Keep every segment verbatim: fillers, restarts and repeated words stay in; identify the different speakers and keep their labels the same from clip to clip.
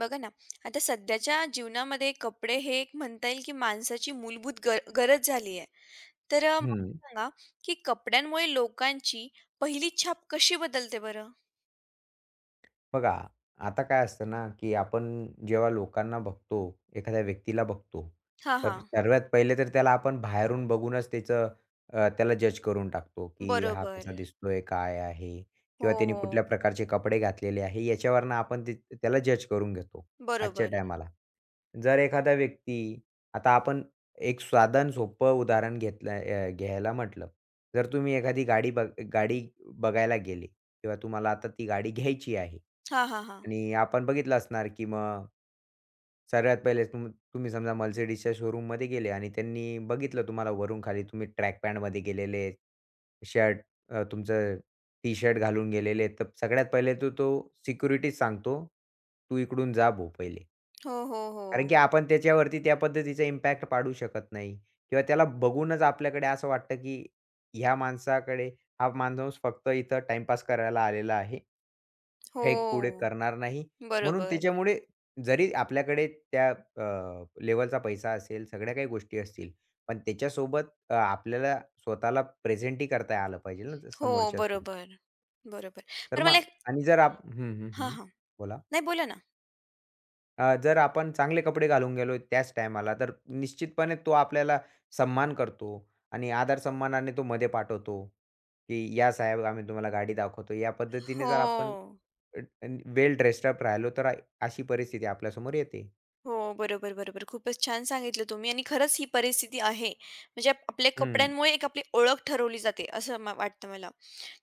Speaker 1: बघा ना, आता सध्याच्या जीवनामध्ये कपडे हे एक म्हणता येईल की माणसाची मूलभूत गर गरज झाली आहे. तर अ, मला
Speaker 2: हं.
Speaker 1: सांगा की कपड्यांमुळे लोकांची पहिली छाप कशी बदलते बरं?
Speaker 2: बघा, आता काय असतं ना, की आपण जेव्हा लोकांना बघतो, एखाद्या व्यक्तीला बघतो,
Speaker 1: हां,
Speaker 2: तर
Speaker 1: हां.
Speaker 2: सर्वात पहिले तर त्याला आपण बाहेरून बघूनच त्याचं अ, त्याला जज करून टाकतो, की हा
Speaker 1: बरोबर.
Speaker 2: कसा दिसतोय, काय आहे
Speaker 1: हो,
Speaker 2: किंवा त्याने कुठल्या
Speaker 1: हो.
Speaker 2: प्रकारचे कपडे घातलेले आहे, याच्यावरनं आपण ते त्याला जज करून घेतो आजच्या
Speaker 1: बरोबर.
Speaker 2: टायमाला. जर एखादा व्यक्ती आता आपण एक साधं सोपं उदाहरण घेतलं अ, घ्यायला म्हटलं, जर तुम्ही एखादी गाडी बघ गाडी बघायला गेले किंवा तुम्हाला आता ती गाडी घ्यायची आहे
Speaker 1: हां, हां, हां.
Speaker 2: आणि आपण बघितलं असणार, की मग सगळ्यात पहिले तुम तुम्ही समजा Mercedesच्या शोरूममध्ये गेले आणि त्यांनी बघितलं तुम्हाला वरून खाली तुम्ही ट्रॅक पॅन्टमध्ये गेलेले, शर्ट अ, तुमचं टी-शर्ट घालून गेलेले, तर सगळ्यात पहिले तर तो सिक्युरिटीच सांगतो, "तू इकडून जा भाऊ पहिले."
Speaker 1: हो, हो, हो.
Speaker 2: कारण की आपण त्याच्यावरती त्या पद्धतीचा इम्पॅक्ट पाडू शकत नाही किंवा त्याला बघूनच आपल्याकडे असं वाटतं, की ह्या माणसाकडे हा माणूस फक्त इथं टाईमपास करायला आलेला आहे. काही पुढे
Speaker 1: हो.
Speaker 2: करणार नाही. म्हणून
Speaker 1: बरोबर.
Speaker 2: त्याच्यामुळे जरी आपल्याकडे त्या अ, लेव्हलचा पैसा असेल, सगळ्या काही गोष्टी असतील, पण त्याच्यासोबत अ, आपल्याला स्वतःला प्रेझेंटही करता आलं पाहिजे ना
Speaker 1: हो,
Speaker 2: समोरच्यासमोर.
Speaker 1: बरोबर. बरोबर.
Speaker 2: तर
Speaker 1: बरं मला
Speaker 2: मग
Speaker 1: एक
Speaker 2: आणि जर आप हं, हं,
Speaker 1: हां,
Speaker 2: हं.
Speaker 1: हां.
Speaker 2: बोला.
Speaker 1: नाही बोला ना.
Speaker 2: अ, जर आपण चांगले कपडे घालून गेलो त्याच टायमाला, तर निश्चितपणे तो आपल्याला सन्मान करतो आणि आदर-सन्मानाने तो मध्ये पाठवतो, की "या साहेब, आम्ही तुम्हाला गाडी दाखवतो." या पद्धतीने जर आपण
Speaker 1: हो.
Speaker 2: वेल ड्रेस्ड अप राहिलो, तर अ, अशी परिस्थिती आपल्यासमोर येते.
Speaker 1: हो, बरोबर, बरोबर. खूपच छान सांगितलं तुम्ही आणि खरंच ही परिस्थिती आहे. म्हणजे आप- आपल्या
Speaker 2: हं.
Speaker 1: कपड्यांमुळे एक आपली ओळख ठरवली जाते, असं म वाटतं मला.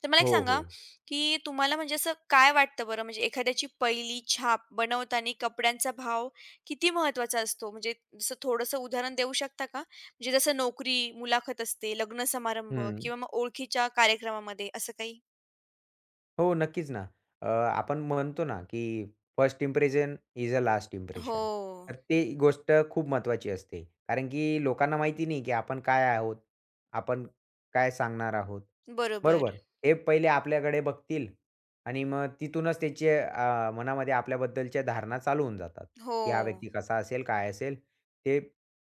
Speaker 1: तर मला एक
Speaker 2: हो,
Speaker 1: सांगा,
Speaker 2: हो.
Speaker 1: की तुम्हाला म्हणजे असं काय वाटतं बरं, म्हणजे एखाद्याची पहिली छाप बनवताना कपड्यांचा भाव किती महत्त्वाचा असतो? म्हणजे जसं थोडंसं उदाहरण देऊ शकता का? म्हणजे जसं नोकरी, मुलाखत असते, लग्न समारंभ
Speaker 2: हं.
Speaker 1: किंवा मग ओळखीच्या कार्यक्रमामध्ये असं काही?
Speaker 2: हो, नक्कीच ना. अ, आपण म्हणतो ना, की first impression is a last impression.
Speaker 1: हो,
Speaker 2: तर ती गोष्ट खूप महत्त्वाची असते. कारण की लोकांना माहिती नाही, की आपण काय आहोत? आपण काय सांगणार आहोत? बरोबर.
Speaker 1: बरोबर.
Speaker 2: हे पहिले आपल्याकडे बघतील आणि मग तिथूनच त्याचे अ, मनामध्ये आपल्याबद्दलच्या धारणा चालू होऊन जातात,
Speaker 1: हो,
Speaker 2: की हा व्यक्ती कसा असेल, काय असेल? ते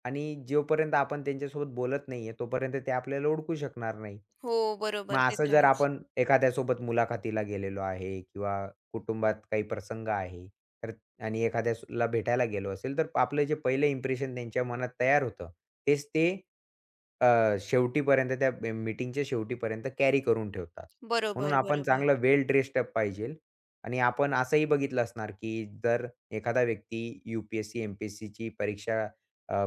Speaker 2: आणि जोपर्यंत आपण त्यांच्यासोबत बोलत नाहीये, तोपर्यंत ते आपल्याला ओळखू शकणार नाही.
Speaker 1: हो,
Speaker 2: मग
Speaker 1: बरोबर. ते
Speaker 2: असं
Speaker 1: तर
Speaker 2: जर
Speaker 1: आहेच.
Speaker 2: आपण एखाद्यासोबत मुलाखतीला गेलेलो आहे किंवा कुटुंबात काही प्रसंग आहे, तर आणि एखाद्याला भेटायला गेलो असेल, तर आपलं जे पहिलं इम्प्रेशन त्यांच्या मनात तयार होतं, तेच ते अ, शेवटीपर्यंत त्या ब मीटिंगच्या शेवटीपर्यंत कॅरी करून ठेवतात. म्हणून
Speaker 1: बरोबर,
Speaker 2: आपण
Speaker 1: बरोबर.
Speaker 2: चांगलं वेल ड्रेस्ड अप पाहिजेल आणि आपण असंही बघितलं असणार, की जर एखादा व्यक्ती यू पी एस सी, एम-पी-एस-सीची परीक्षा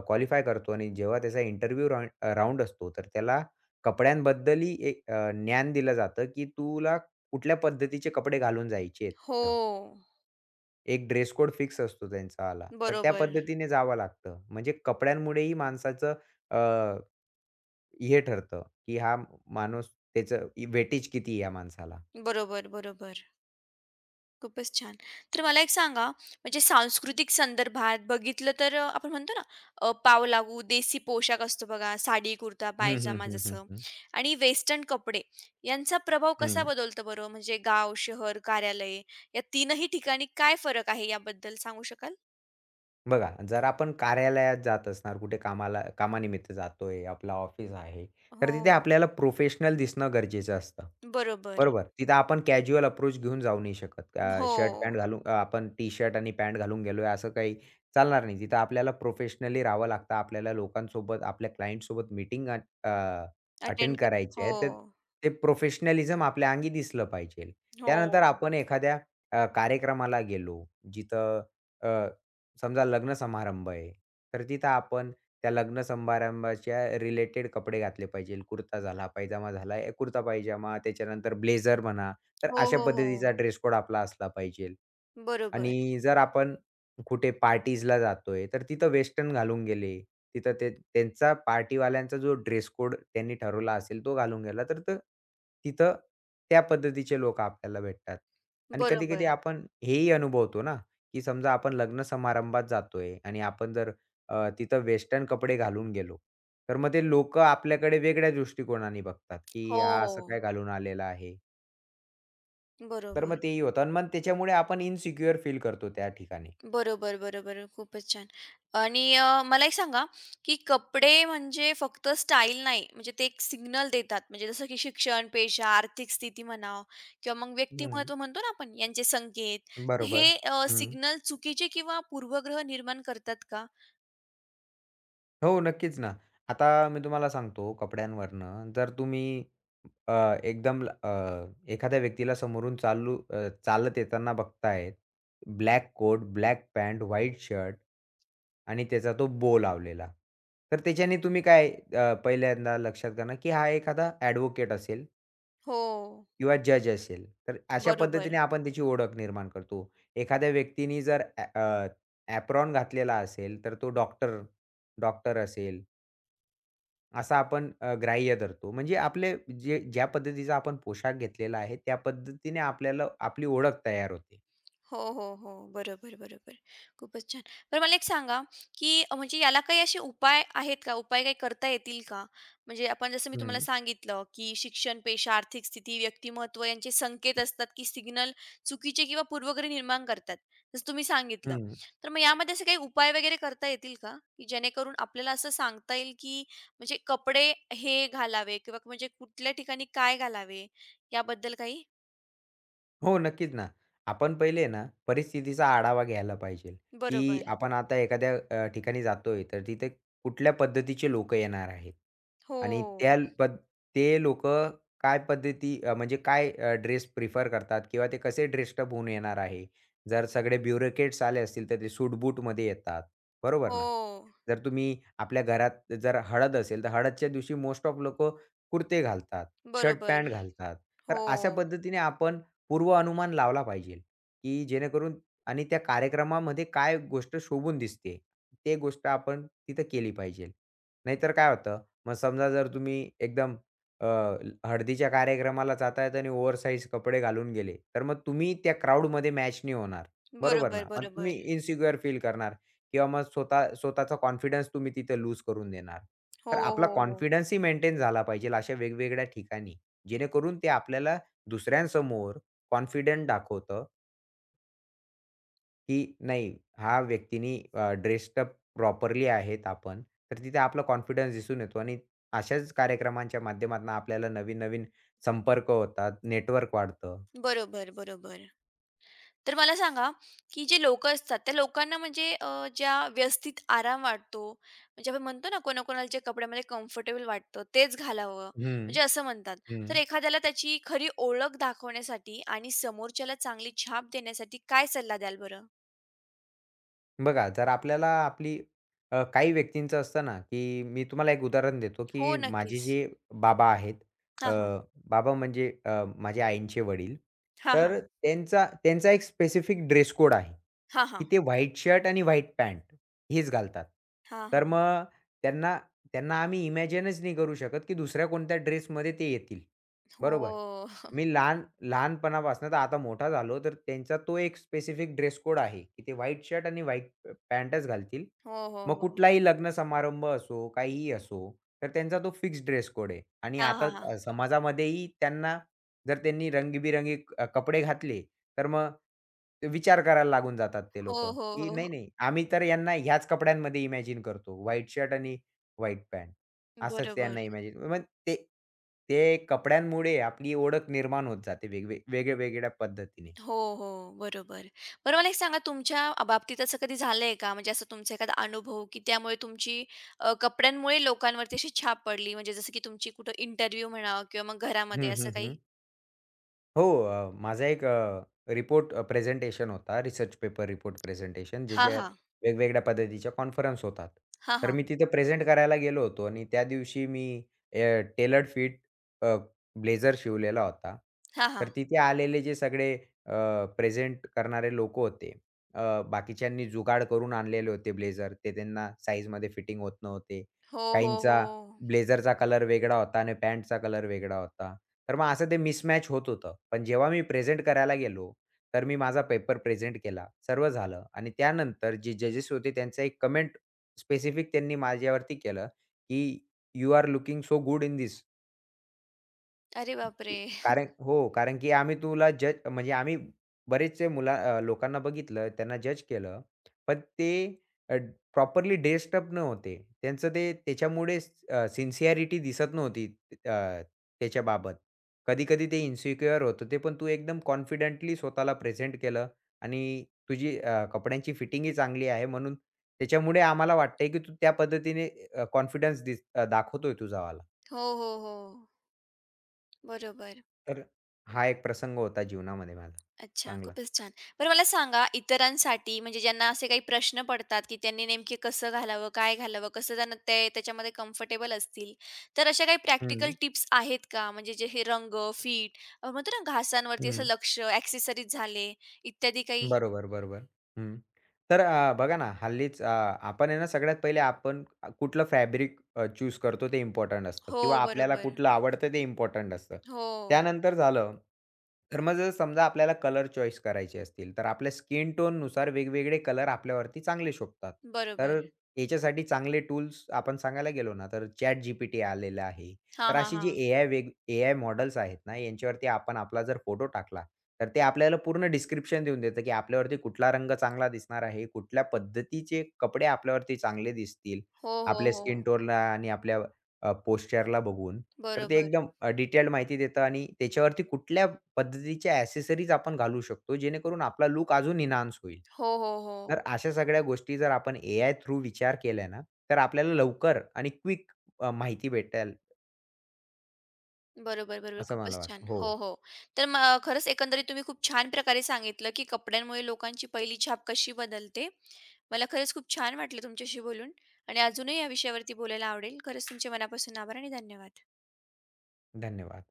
Speaker 2: क्वालिफाय करतो आणि जेव्हा त्याचा इंटरव्ह्यू राउंड अ, असतो, तर त्याला कपड्यांबद्दलही एक अ, ज्ञान दिलं जातं, की तुला कुठल्या पद्धतीचे कपडे घालून जायचे आहेत
Speaker 1: हो.
Speaker 2: तिथं. एक ड्रेस कोड फिक्स असतो त्यांचा वाला. तर त्या
Speaker 1: बरोबर,
Speaker 2: पद्धतीने जावं लागतं. म्हणजे कपड्यांमुळेही माणसाचं हे ठरतं, की हा माणूस त्याचं इ- वेटेज किती आहे या माणसाला.
Speaker 1: बरोबर, बरोबर. खूपच छान. तर मला एक सांगा, म्हणजे सांस्कृतिक संदर्भात बघितलं तर अ, आपण म्हणतो ना, अ, पाव लागू देसी पोशाख असतो बघा, साडी, कुर्ता,
Speaker 2: हं, हं,
Speaker 1: पायजामा
Speaker 2: हं, हं,
Speaker 1: जसं
Speaker 2: हं.
Speaker 1: आणि वेस्टर्न कपडे यांचा प्रभाव कसा
Speaker 2: हं.
Speaker 1: बदलतो बरं? म्हणजे गाव, शहर, कार्यालय या तीनही ठिकाणी काय फरक आहे याबद्दल सांगू शकाल?
Speaker 2: बघा, जर आपण कार्यालयात जात असणार, कुठे कामाला कामानिमित्त जातोय, आपलं ऑफिस आहे, तर
Speaker 1: हो.
Speaker 2: तिथे आपल्याला प्रोफेशनल दिसणं गरजेचं असतं.
Speaker 1: बरोबर.
Speaker 2: बरोबर. तिथं आपण कॅज्युअल अप्रोच घेऊन जाऊ नाही शकत. अ,
Speaker 1: हो.
Speaker 2: शर्ट पॅन्ट घालून अ, आपण टी-शर्ट आणि पॅन्ट घालून गेलोय असं काही चालणार नाही. तिथं आपल्याला प्रोफेशनली राहावं लागतं. आपल्याला लोकांसोबत, आपल्या क्लायंटसोबत मीटिंग
Speaker 1: अटेंड
Speaker 2: अटेंड
Speaker 1: कर
Speaker 2: करायची
Speaker 1: हो.
Speaker 2: आहे. तर ते प्रोफेशनलिझम आपल्या अंगी दिसलं पाहिजे.
Speaker 1: हो.
Speaker 2: त्यानंतर आपण एखाद्या अ, कार्यक्रमाला गेलो, जिथं समजा लग्न समारंभ आहे, तर तिथं आपण त्या लग्न समारंभाच्या रिलेटेड कपडे घातले पाहिजे. कुर्ता झाला, पायजामा झाला, ए कुर्ता पायजामा, त्याच्यानंतर ब्लेझर म्हणा, तर
Speaker 1: हो,
Speaker 2: अशा
Speaker 1: हो, हो.
Speaker 2: पद्धतीचा ड्रेस कोड आपला असला पाहिजे.
Speaker 1: बरोबर,
Speaker 2: आणि जर आपण कुठे पार्टीजला जातोय, तर तिथं वेस्टर्न घालून गेले. तिथं ते त्यांचा पार्टीवाल्यांचा जो ड्रेस कोड त्यांनी ठरवला असेल, तो घालून गेला, तर तर तिथं त्या पद्धतीचे लोकं आपल्याला भेटतात. आणि कधी-कधी
Speaker 1: बरोबर.
Speaker 2: आपण हेही अनुभवतो ना, की समजा आपण लग्न समारंभात जातोय आणि आपण जर अ, तिथं वेस्टर्न कपडे घालून गेलो, तर मग ते लोक आपल्याकडे वेगळ्या दृष्टिकोनाने बघतात, की हा असं
Speaker 1: हो.
Speaker 2: काय घालून आलेला आहे. तर मग
Speaker 1: बरोबर.
Speaker 2: तेही होतं आणि मग त्याच्यामुळे आपण इन्सिक्युअर फील करतो त्या ठिकाणी.
Speaker 1: बरोबर, बरोबर. खूपच छान. आणि अ, मला एक सांगा, की कपडे म्हणजे फक्त स्टाईल नाही, म्हणजे ते एक सिग्नल देतात. म्हणजे जसं की शिक्षण, पेशा, आर्थिक स्थिती म्हणा किंवा मग
Speaker 2: हं.
Speaker 1: व्यक्तिमत्व म्हणतो ना आपण, यांचे संकेत. तर हे
Speaker 2: बरोबर.
Speaker 1: अ,
Speaker 2: हं.
Speaker 1: सिग्नल चुकीचे किंवा पूर्वग्रह निर्माण करतात का?
Speaker 2: हो, नक्कीच ना. आता मी तुम्हाला सांगतो कपड्यांवरनं जर तुम्ही अ, एकदम ल- अ, एखाद्या व्यक्तीला समोरून चालू अ, चालत येताना बघताय, black coat, black pant, white shirt आणि त्याचा तो बो लावलेला. तर त्याच्याने तुम्ही काय अ, पहिल्यांदा लक्षात घ्या ना, की हा एखादा ॲडव्होकेट असेल
Speaker 1: हो.
Speaker 2: किंवा जज असेल. तर अशा पद्धतीने
Speaker 1: बरोबर.
Speaker 2: आपण त्याची ओळख निर्माण करतो. एखाद्या व्यक्तीने जर ॲ अ, ॲप्रॉन घातलेला असेल, तर तो डॉक्टर डॉक्टर असेल, असा आपण अ, ग्राह्य धरतो. म्हणजे आपले जे ज्या पद्धतीचा आपण पोशाख घेतलेला आहे, त्या पद्धतीने आपल्याला आपली ओळख तयार होते.
Speaker 1: हो, हो, हो. बरोबर, बरोबर. खूपच छान. बरं मला एक सांगा, की अ, म्हणजे याला काही असे उपाय आहेत का? उपाय काही करता येतील का? म्हणजे आपण जसं मी तुम्हाला
Speaker 2: हं,
Speaker 1: सांगितलं, की शिक्षण, पेशा, आर्थिक स्थिती, व्यक्तिमत्त्व यांचे संकेत असतात, की सिग्नल चुकीचे किंवा पूर्वग्रह निर्माण करतात. जसं तुम्ही सांगितलं.
Speaker 2: हं.
Speaker 1: तर मग यामध्ये असे काही उपाय वगैरे करता येतील का? की जेणेकरून आपल्याला असं सांगता येईल, की म्हणजे कपडे हे घालावे किंवा म्हणजे कुठल्या ठिकाणी काय घालावे याबद्दल काही?
Speaker 2: हो, नक्कीच ना. आपण पहिले ना परिस्थितीचा आढावा घ्यायला पाहिजे, की
Speaker 1: बरोबर.
Speaker 2: आपण आता एखाद्या अ, ठिकाणी जातोय, तर तिथे कुठल्या पद्धतीचे लोकं येणार आहेत
Speaker 1: हो.
Speaker 2: आणि त्या पद् ते लोकं काय पद्धती अ, म्हणजे काय ड्रेस प्रिफर करतात किंवा ते कसे ड्रेस्डअप होऊन येणार आहे. जर सगळे ब्युरोक्रेट्स आले असतील, तर ते सूट येतात, बरोबर
Speaker 1: हो.
Speaker 2: ना? जर तुम्ही आपल्या घरात जर हळद असेल, तर हळदच्या दिवशी मोस्ट ऑफ लोकं कुर्ते घालतात,
Speaker 1: बरोबर.
Speaker 2: शर्ट-पॅन्ट घालतात. तर
Speaker 1: हो.
Speaker 2: अशा पद्धतीने आपण पूर्व अनुमान लावला पाहिजे, की जेणेकरून आणि त्या कार्यक्रमामध्ये काय गोष्ट शोभून दिसते, ते गोष्ट आपण तिथं केली पाहिजे. नाहीतर काय होतं, मग समजा जर तुम्ही एकदम अ, हळदीच्या कार्यक्रमाला जात आहेत आणि ओव्हरसाइज कपडे घालून गेले, तर मग तुम्ही त्या क्राउडमध्ये मॅच नाही होणार. बरोबर
Speaker 1: बरोबर,
Speaker 2: ना? मग तुम्ही
Speaker 1: बरोबर.
Speaker 2: इन्सिक्युअर फील करणार किंवा मग स्वतः स्वतःचा कॉन्फिडन्स तुम्ही तिथं लूज करून देणार.
Speaker 1: हो,
Speaker 2: तर आपला
Speaker 1: हो, हो.
Speaker 2: कॉन्फिडन्सही मेंटेन झाला पाहिजे अशा वेगवेगळ्या ठिकाणी, जेणेकरून ते आपल्याला दुसऱ्यांसमोर कॉन्फिडंट दाखवतं, की नाही हा व्यक्तीनी अ, ड्रेस्ड अप प्रॉपरली आहेत आपण. तर तिथे आपला कॉन्फिडन्स दिसून येतो आणि अशाच कार्यक्रमांच्या माध्यमातून आपल्याला नवीन-नवीन संपर्क होतात, नेटवर्क वाढतं.
Speaker 1: बरोबर, बरोबर. तर मला सांगा, की जे लोकं असतात त्या लोकांना म्हणजे अ, ज्या व्यवस्थित आराम वाटतो, म्हणजे आपण म्हणतो ना कोणाकोणाला जे कपड्यामध्ये कम्फर्टेबल वाटतं तेच घालावं,
Speaker 2: हं,
Speaker 1: म्हणजे असं म्हणतात. तर
Speaker 2: हं.
Speaker 1: एखाद्याला त्याची खरी ओळख दाखवण्यासाठी आणि समोरच्याला चांगली छाप देण्यासाठी काय सल्ला द्याल बरं?
Speaker 2: बघा, जर आपल्याला आपली अ, काही व्यक्तींचं असतं ना, की मी तुम्हाला एक उदाहरण देतो,
Speaker 1: हो,
Speaker 2: की माझे
Speaker 1: नक्कीच.
Speaker 2: जे बाबा आहेत, अ,
Speaker 1: हां, हां.
Speaker 2: बाबा म्हणजे अ, माझ्या आईंचे वडील.
Speaker 1: हां, हां.
Speaker 2: तर त्यांचा त्यांचा एक स्पेसिफिक ड्रेस कोड आहे,
Speaker 1: हां,
Speaker 2: की
Speaker 1: हां.
Speaker 2: ते व्हाईट शर्ट आणि व्हाईट पॅन्ट हेच घालतात.
Speaker 1: हां,
Speaker 2: तर
Speaker 1: हां.
Speaker 2: मग त्यांना त्यांना आम्ही इमॅजिनच नाही करू शकत, की दुसऱ्या कोणत्या ड्रेसमध्ये ते येतील. बरोबर?
Speaker 1: हो.
Speaker 2: मी लहान लहानपणापासून तर आता मोठा झालो, तर त्यांचा तो एक स्पेसिफिक ड्रेस कोड आहे, की ते व्हाईट शर्ट आणि व्हाईट अ, पॅन्टच घालतील.
Speaker 1: हो, हो,
Speaker 2: मग
Speaker 1: हो.
Speaker 2: कुठलाही लग्न समारंभ असो, काहीही असो, तर त्यांचा तो फिक्स ड्रेस कोड आहे. आणि
Speaker 1: हां,
Speaker 2: आता
Speaker 1: हां, हां.
Speaker 2: अ, समाजामध्येही त्यांना जर त्यांनी रंगीबिरंगी अ, कपडे घातले, तर मग ते विचार करायला लागून जातात ते
Speaker 1: हो,
Speaker 2: लोकं,
Speaker 1: हो,
Speaker 2: की
Speaker 1: हो, हो.
Speaker 2: नाही, नाही, आम्ही तर यांना ह्याच कपड्यांमध्ये इमॅजिन करतो. व्हाईट शर्ट आणि व्हाईट पॅन्ट असंच त्यांना
Speaker 1: बरोबर.
Speaker 2: इमॅजिन ते ते कपड्यांमुळे आपली ओळख निर्माण होत जाते वेगवे वेगळ्या-वेगळ्या पद्धतीने.
Speaker 1: हो, हो. बरोबर. बरं मला एक सांगा तुमच्या अ, बाबतीत असं कधी झालंय का? म्हणजे असं तुमचा एखादा अनुभव, की त्यामुळे तुमची अ, कपड्यांमुळे लोकांवरती अशी छाप पडली? म्हणजे जसं की तुमची कुठं इंटरव्ह्यू म्हणा किंवा मग घरामध्ये
Speaker 2: हं,
Speaker 1: असं
Speaker 2: हं,
Speaker 1: काही?
Speaker 2: हं. हो, अ, माझा एक रिपोर्ट अ, प्रेझेंटेशन होता. रिसर्च पेपर रिपोर्ट प्रेझेंटेशन
Speaker 1: हां,
Speaker 2: ज्याच्यात
Speaker 1: हां.
Speaker 2: वेगवेगळ्या पद्धतीच्या कॉन्फरन्स होतात.
Speaker 1: हां,
Speaker 2: तर
Speaker 1: हां.
Speaker 2: मी तिथे प्रेझेंट करायला गेलो होतो आणि त्या दिवशी मी टेलर्ड फिट अ, ब्लेझर शिवलेला होता.
Speaker 1: हां,
Speaker 2: तर
Speaker 1: हां.
Speaker 2: तिथे आलेले जे सगळे प्रेझेंट करणारे लोकं होते, अ, बाकीच्यांनी जुगाड करून आणलेले होते ब्लेझर. ते त्यांना साईजमध्ये फिटिंग होत नव्हते.
Speaker 1: हो, हो,
Speaker 2: काहींचा
Speaker 1: हो.
Speaker 2: ब्लेझरचा कलर वेगळा होता आणि पॅन्टचा कलर वेगळा होता. तर मग असं ते मिसमॅच होत होतं. पण जेव्हा मी प्रेझेंट करायला गेलो, तर मी माझा पेपर प्रेझेंट केला. सर्व झालं आणि त्यानंतर जे जजेस होते त्यांचा एक कमेंट स्पेसिफिक त्यांनी माझ्यावरती केलं, की "you are looking so good in this,
Speaker 1: अरे बापरे!
Speaker 2: कारण हो, कारण की आम्ही तुला जज म्हणजे आम्ही बरेचसे मुला अ, लोकांना बघितलं, त्यांना जज केलं. पण ते अ, प्रॉपरली ड्रेस्ड अप नव्हते. त्यांचं ते त्याच्यामुळे अ, सिन्सिअरिटी दिसत नव्हती अ, त्याच्याबाबत. कधी-कधी ते इन्सिक्युअर होत होते, पण तू एकदम कॉन्फिडेंटली स्वतःला प्रेझेंट केलं आणि तुझी अ, कपड्यांची फिटिंगही चांगली आहे म्हणून त्याच्यामुळे आम्हाला वाटतंय की तू त्या पद्धतीने कॉन्फिडन्स दिस अ, दाखवतोय तुझावाला.
Speaker 1: हो, हो, हो. बरोबर.
Speaker 2: तर हा एक प्रसंग होता जीवनामध्ये माझा
Speaker 1: अच्छा,
Speaker 2: चांगला.
Speaker 1: खूपच छान. बरं मला सांगा इतरांसाठी म्हणजे ज्यांना असे काही प्रश्न पडतात, की त्यांनी नेमके कसं घालावं, काय घालावं, कसं त्यांना ते त्याच्यामध्ये कम्फर्टेबल असतील. तर अशा काही प्रॅक्टिकल
Speaker 2: हं,
Speaker 1: टिप्स आहेत का? म्हणजे जे हे रंग, फिट म्हणतो ना घासांवरती असं
Speaker 2: हं.
Speaker 1: लक्ष, ॲक्सेसरीज झाले इत्यादी काही?
Speaker 2: बरोबर, बरोबर. हं. तर अ, बघा ना हल्लीच अ, आपण आहे ना सगळ्यात पहिले आपण अ, कुठलं फॅब्रिक चूज करतो ते इम्पोर्टंट असतं
Speaker 1: हो,
Speaker 2: किंवा आपल्याला
Speaker 1: बरोबर.
Speaker 2: कुठलं आवडतं ते इम्पोर्टंट असतं.
Speaker 1: हो,
Speaker 2: त्यानंतर झालं, तर मग जर समजा आपल्याला कलर चॉईस करायचे असतील, तर आपल्या स्किन टोननुसार वेगवेगळे कलर आपल्यावरती चांगले शोभतात. तर
Speaker 1: बरोबर.
Speaker 2: याच्यासाठी चांगले टूल्स आपण सांगायला गेलो ना, तर चॅट जी पी टी आलेलं आहे.
Speaker 1: हां,
Speaker 2: तर
Speaker 1: हां,
Speaker 2: अशी जी
Speaker 1: हां.
Speaker 2: एआय वेग ए आय मॉडेल्स आहेत ना, यांच्यावरती आपण आपला जर फोटो टाकला, तर ते आपल्याला पूर्ण डिस्क्रिप्शन देऊन देतं, की आपल्यावरती कुठला रंग चांगला दिसणार आहे, कुठल्या पद्धतीचे कपडे आपल्यावरती चांगले दिसतील,
Speaker 1: हो, हो,
Speaker 2: आपल्या
Speaker 1: हो.
Speaker 2: स्किन टोनला आणि आपल्या अ, बघून. तर ते
Speaker 1: बरोबर.
Speaker 2: एकदम डिटेल्ड माहिती देतं आणि त्याच्यावरती कुठल्या पद्धतीच्या ॲक्सेसरीज आपण घालू शकतो, जेणेकरून आपला लूक अजून एन्हान्स होईल.
Speaker 1: हो, हो, हो.
Speaker 2: तर अशा सगळ्या गोष्टी जर आपण ए आय थ्रू विचार केल्या ना, तर आपल्याला लवकर आणि क्विक माहिती भेटेल.
Speaker 1: बरोबर, बरोबर.
Speaker 2: असं मला
Speaker 1: खूपच छान.
Speaker 2: वाटतं. हो,
Speaker 1: हो, हो. तर मग खरंच एकंदरीत तुम्ही खूप छान प्रकारे सांगितलं, की कपड्यांमुळे लोकांची पहिली छाप कशी बदलते. मला खरंच खूप छान वाटलं तुमच्याशी बोलून आणि अजूनही या विषयावरती बोलायला आवडेल. खरंच तुमचे मनापासून आभार आणि धन्यवाद.
Speaker 2: धन्यवाद.